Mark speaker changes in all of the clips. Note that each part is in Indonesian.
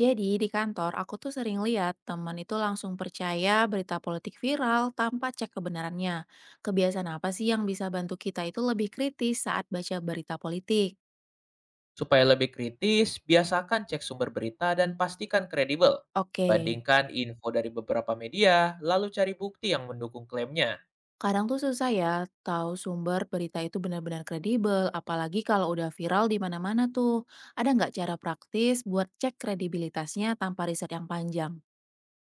Speaker 1: Jadi di kantor aku tuh sering lihat teman itu langsung percaya berita politik viral tanpa cek kebenarannya. Kebiasaan apa sih yang bisa bantu kita itu lebih kritis saat baca berita politik?
Speaker 2: Supaya lebih kritis, biasakan cek sumber berita dan pastikan kredibel.
Speaker 1: Oke,
Speaker 2: Bandingkan info dari beberapa media, lalu cari bukti yang mendukung klaimnya.
Speaker 1: kadang tuh susah ya tahu sumber berita itu benar-benar kredibel, apalagi kalau udah viral di mana-mana tuh. Ada nggak cara praktis buat cek kredibilitasnya tanpa riset yang panjang?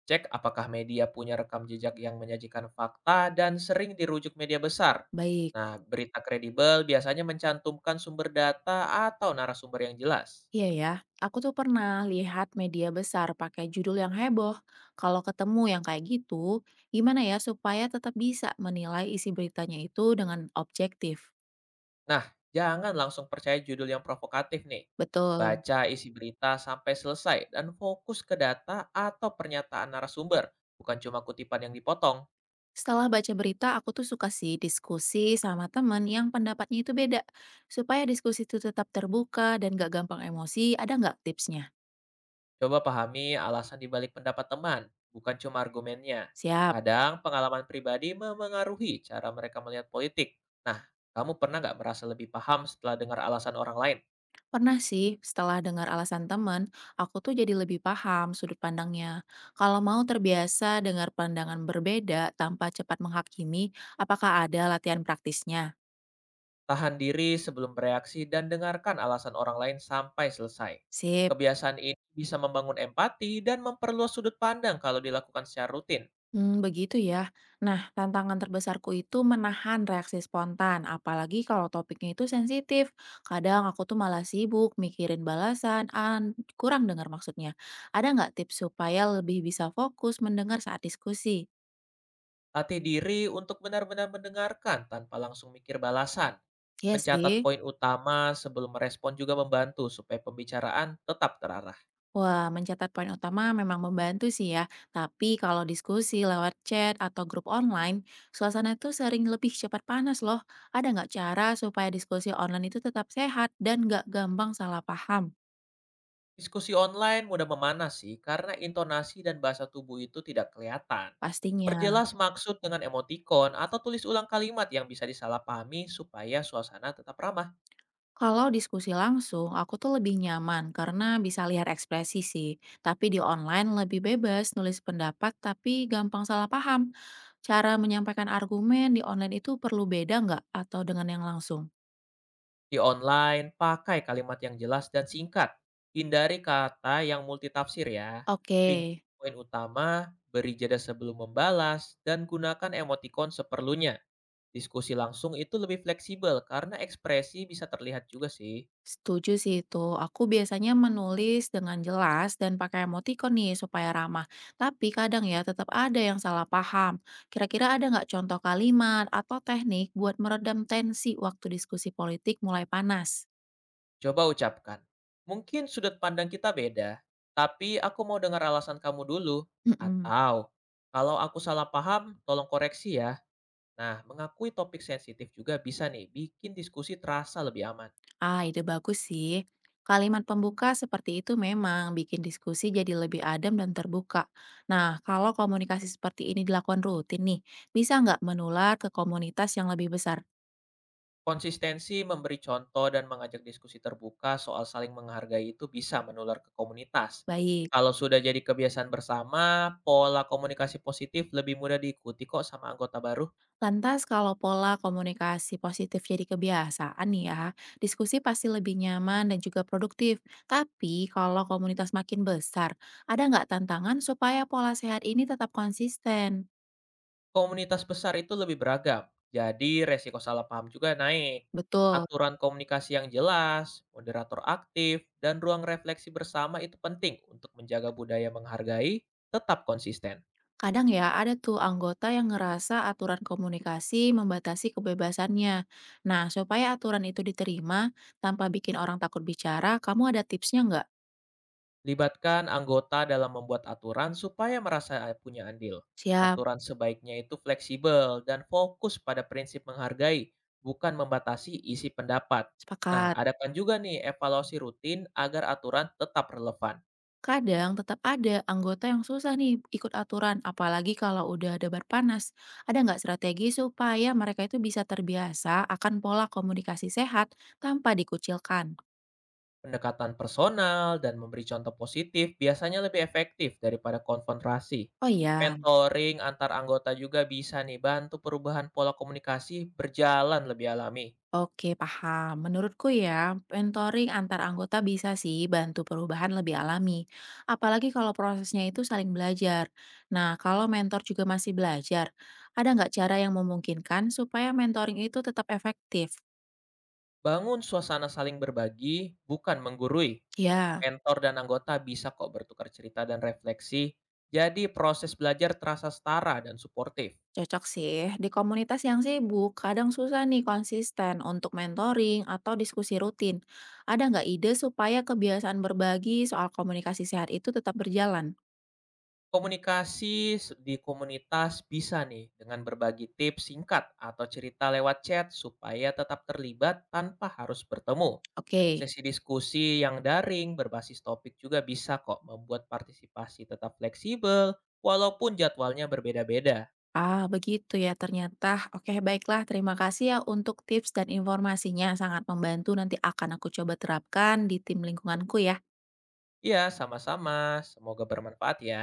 Speaker 2: Cek apakah media punya rekam jejak yang menyajikan fakta dan sering dirujuk media besar.
Speaker 1: Baik.
Speaker 2: Nah, berita kredibel biasanya mencantumkan sumber data atau narasumber yang jelas.
Speaker 1: Iya ya, aku tuh pernah lihat media besar pakai judul yang heboh. Kalau ketemu yang kayak gitu, gimana ya supaya tetap bisa menilai isi beritanya itu dengan objektif?
Speaker 2: Nah, jangan langsung percaya judul yang provokatif nih.
Speaker 1: Betul.
Speaker 2: Baca isi berita sampai selesai dan fokus ke data atau pernyataan narasumber, bukan cuma kutipan yang dipotong.
Speaker 1: Setelah baca berita, aku tuh suka sih diskusi sama teman yang pendapatnya itu beda. Supaya diskusi itu tetap terbuka dan gak gampang emosi, ada nggak tipsnya?
Speaker 2: Coba pahami alasan dibalik pendapat teman, bukan cuma argumennya.
Speaker 1: Siap.
Speaker 2: Kadang pengalaman pribadi memengaruhi cara mereka melihat politik. Nah, kamu pernah nggak merasa lebih paham setelah dengar alasan orang lain?
Speaker 1: Pernah sih, setelah dengar alasan teman, aku tuh jadi lebih paham sudut pandangnya. Kalau mau terbiasa dengar pandangan berbeda tanpa cepat menghakimi, apakah ada latihan praktisnya?
Speaker 2: Tahan diri sebelum bereaksi dan dengarkan alasan orang lain sampai selesai.
Speaker 1: Sip.
Speaker 2: Kebiasaan ini bisa membangun empati dan memperluas sudut pandang kalau dilakukan secara rutin.
Speaker 1: Hmm, begitu ya. Nah, tantangan terbesarku itu menahan reaksi spontan, apalagi kalau topiknya itu sensitif. Kadang aku tuh malah sibuk mikirin balasan, an kurang dengar maksudnya. Ada nggak tips supaya lebih bisa fokus mendengar saat diskusi?
Speaker 2: Latih diri untuk benar-benar mendengarkan tanpa langsung mikir balasan.
Speaker 1: Iya
Speaker 2: Mencatat
Speaker 1: sih.
Speaker 2: poin utama sebelum merespon juga membantu supaya pembicaraan tetap terarah.
Speaker 1: Wah, mencatat poin utama memang membantu sih ya. Tapi kalau diskusi lewat chat atau grup online, suasana itu sering lebih cepat panas loh. Ada nggak cara supaya diskusi online itu tetap sehat dan nggak gampang salah paham?
Speaker 2: Diskusi online mudah memanas sih karena intonasi dan bahasa tubuh itu tidak kelihatan. Perjelas
Speaker 1: Pastinya.
Speaker 2: maksud dengan emotikon atau tulis ulang kalimat yang bisa disalahpahami supaya suasana tetap ramah.
Speaker 1: Kalau diskusi langsung, aku tuh lebih nyaman karena bisa lihat ekspresi sih. Tapi di online lebih bebas nulis pendapat tapi gampang salah paham. Cara menyampaikan argumen di online itu perlu beda nggak atau dengan yang langsung?
Speaker 2: Di online, pakai kalimat yang jelas dan singkat. Hindari kata yang multitafsir ya.
Speaker 1: Oke.
Speaker 2: Ringkas poin utama, beri jeda sebelum membalas, dan gunakan emotikon seperlunya. Diskusi langsung itu lebih fleksibel karena ekspresi bisa terlihat juga sih.
Speaker 1: Setuju sih itu. Aku biasanya menulis dengan jelas dan pakai emotikon nih supaya ramah. Tapi kadang ya tetap ada yang salah paham. Kira-kira ada nggak contoh kalimat atau teknik buat meredam tensi waktu diskusi politik mulai panas?
Speaker 2: Coba ucapkan, mungkin sudut pandang kita beda, tapi aku mau dengar alasan kamu dulu.
Speaker 1: Mm-mm.
Speaker 2: Atau, kalau aku salah paham, tolong koreksi ya. Nah, mengakui topik sensitif juga bisa nih bikin diskusi terasa lebih aman.
Speaker 1: Ah, ide bagus sih. Kalimat pembuka seperti itu memang bikin diskusi jadi lebih adem dan terbuka. Nah, kalau komunikasi seperti ini dilakukan rutin nih, bisa nggak menular ke komunitas yang lebih besar?
Speaker 2: Konsistensi memberi contoh dan mengajak diskusi terbuka soal saling menghargai itu bisa menular ke komunitas.
Speaker 1: Baik.
Speaker 2: Kalau sudah jadi kebiasaan bersama, pola komunikasi positif lebih mudah diikuti kok sama anggota baru.
Speaker 1: Lantas kalau pola komunikasi positif jadi kebiasaan nih ya, diskusi pasti lebih nyaman dan juga produktif. Tapi kalau komunitas makin besar, ada nggak tantangan supaya pola sehat ini tetap konsisten?
Speaker 2: Komunitas besar itu lebih beragam, jadi resiko salah paham juga naik.
Speaker 1: Betul.
Speaker 2: Aturan komunikasi yang jelas, moderator aktif, dan ruang refleksi bersama itu penting untuk menjaga budaya menghargai tetap konsisten.
Speaker 1: Kadang ya ada tuh anggota yang ngerasa aturan komunikasi membatasi kebebasannya. Nah, supaya aturan itu diterima tanpa bikin orang takut bicara, kamu ada tipsnya nggak?
Speaker 2: Libatkan anggota dalam membuat aturan supaya merasa punya andil.
Speaker 1: Siap,
Speaker 2: Aturan sebaiknya itu fleksibel dan fokus pada prinsip menghargai, bukan membatasi isi pendapat. Nah,
Speaker 1: sepakat.
Speaker 2: adakan juga nih evaluasi rutin agar aturan tetap relevan.
Speaker 1: Kadang tetap ada anggota yang susah nih ikut aturan, apalagi kalau udah debat panas. Ada nggak strategi supaya mereka itu bisa terbiasa akan pola komunikasi sehat tanpa dikucilkan?
Speaker 2: Pendekatan personal dan memberi contoh positif biasanya lebih efektif daripada konfrontasi.
Speaker 1: Oh ya,
Speaker 2: Mentoring antar anggota juga bisa nih bantu perubahan pola komunikasi berjalan lebih alami.
Speaker 1: oke paham. Menurutku ya, mentoring antar anggota bisa sih bantu perubahan lebih alami. Apalagi kalau prosesnya itu saling belajar. Nah, kalau mentor juga masih belajar, ada nggak cara yang memungkinkan supaya mentoring itu tetap efektif?
Speaker 2: Bangun suasana saling berbagi, bukan menggurui.
Speaker 1: Ya.
Speaker 2: Mentor dan anggota bisa kok bertukar cerita dan refleksi, jadi proses belajar terasa setara dan suportif.
Speaker 1: Cocok sih, di komunitas yang sibuk, kadang susah nih konsisten untuk mentoring atau diskusi rutin. Ada nggak ide supaya kebiasaan berbagi soal komunikasi sehat itu tetap berjalan?
Speaker 2: Di komunitas bisa nih dengan berbagi tips singkat atau cerita lewat chat supaya tetap terlibat tanpa harus bertemu.
Speaker 1: Oke,
Speaker 2: Sesi diskusi yang daring berbasis topik juga bisa kok membuat partisipasi tetap fleksibel walaupun jadwalnya berbeda-beda.
Speaker 1: ah begitu ya ternyata. Oke, baiklah, terima kasih ya untuk tips dan informasinya. Sangat membantu nanti akan aku coba terapkan di tim lingkunganku ya.
Speaker 2: Ya, sama-sama. Semoga bermanfaat ya.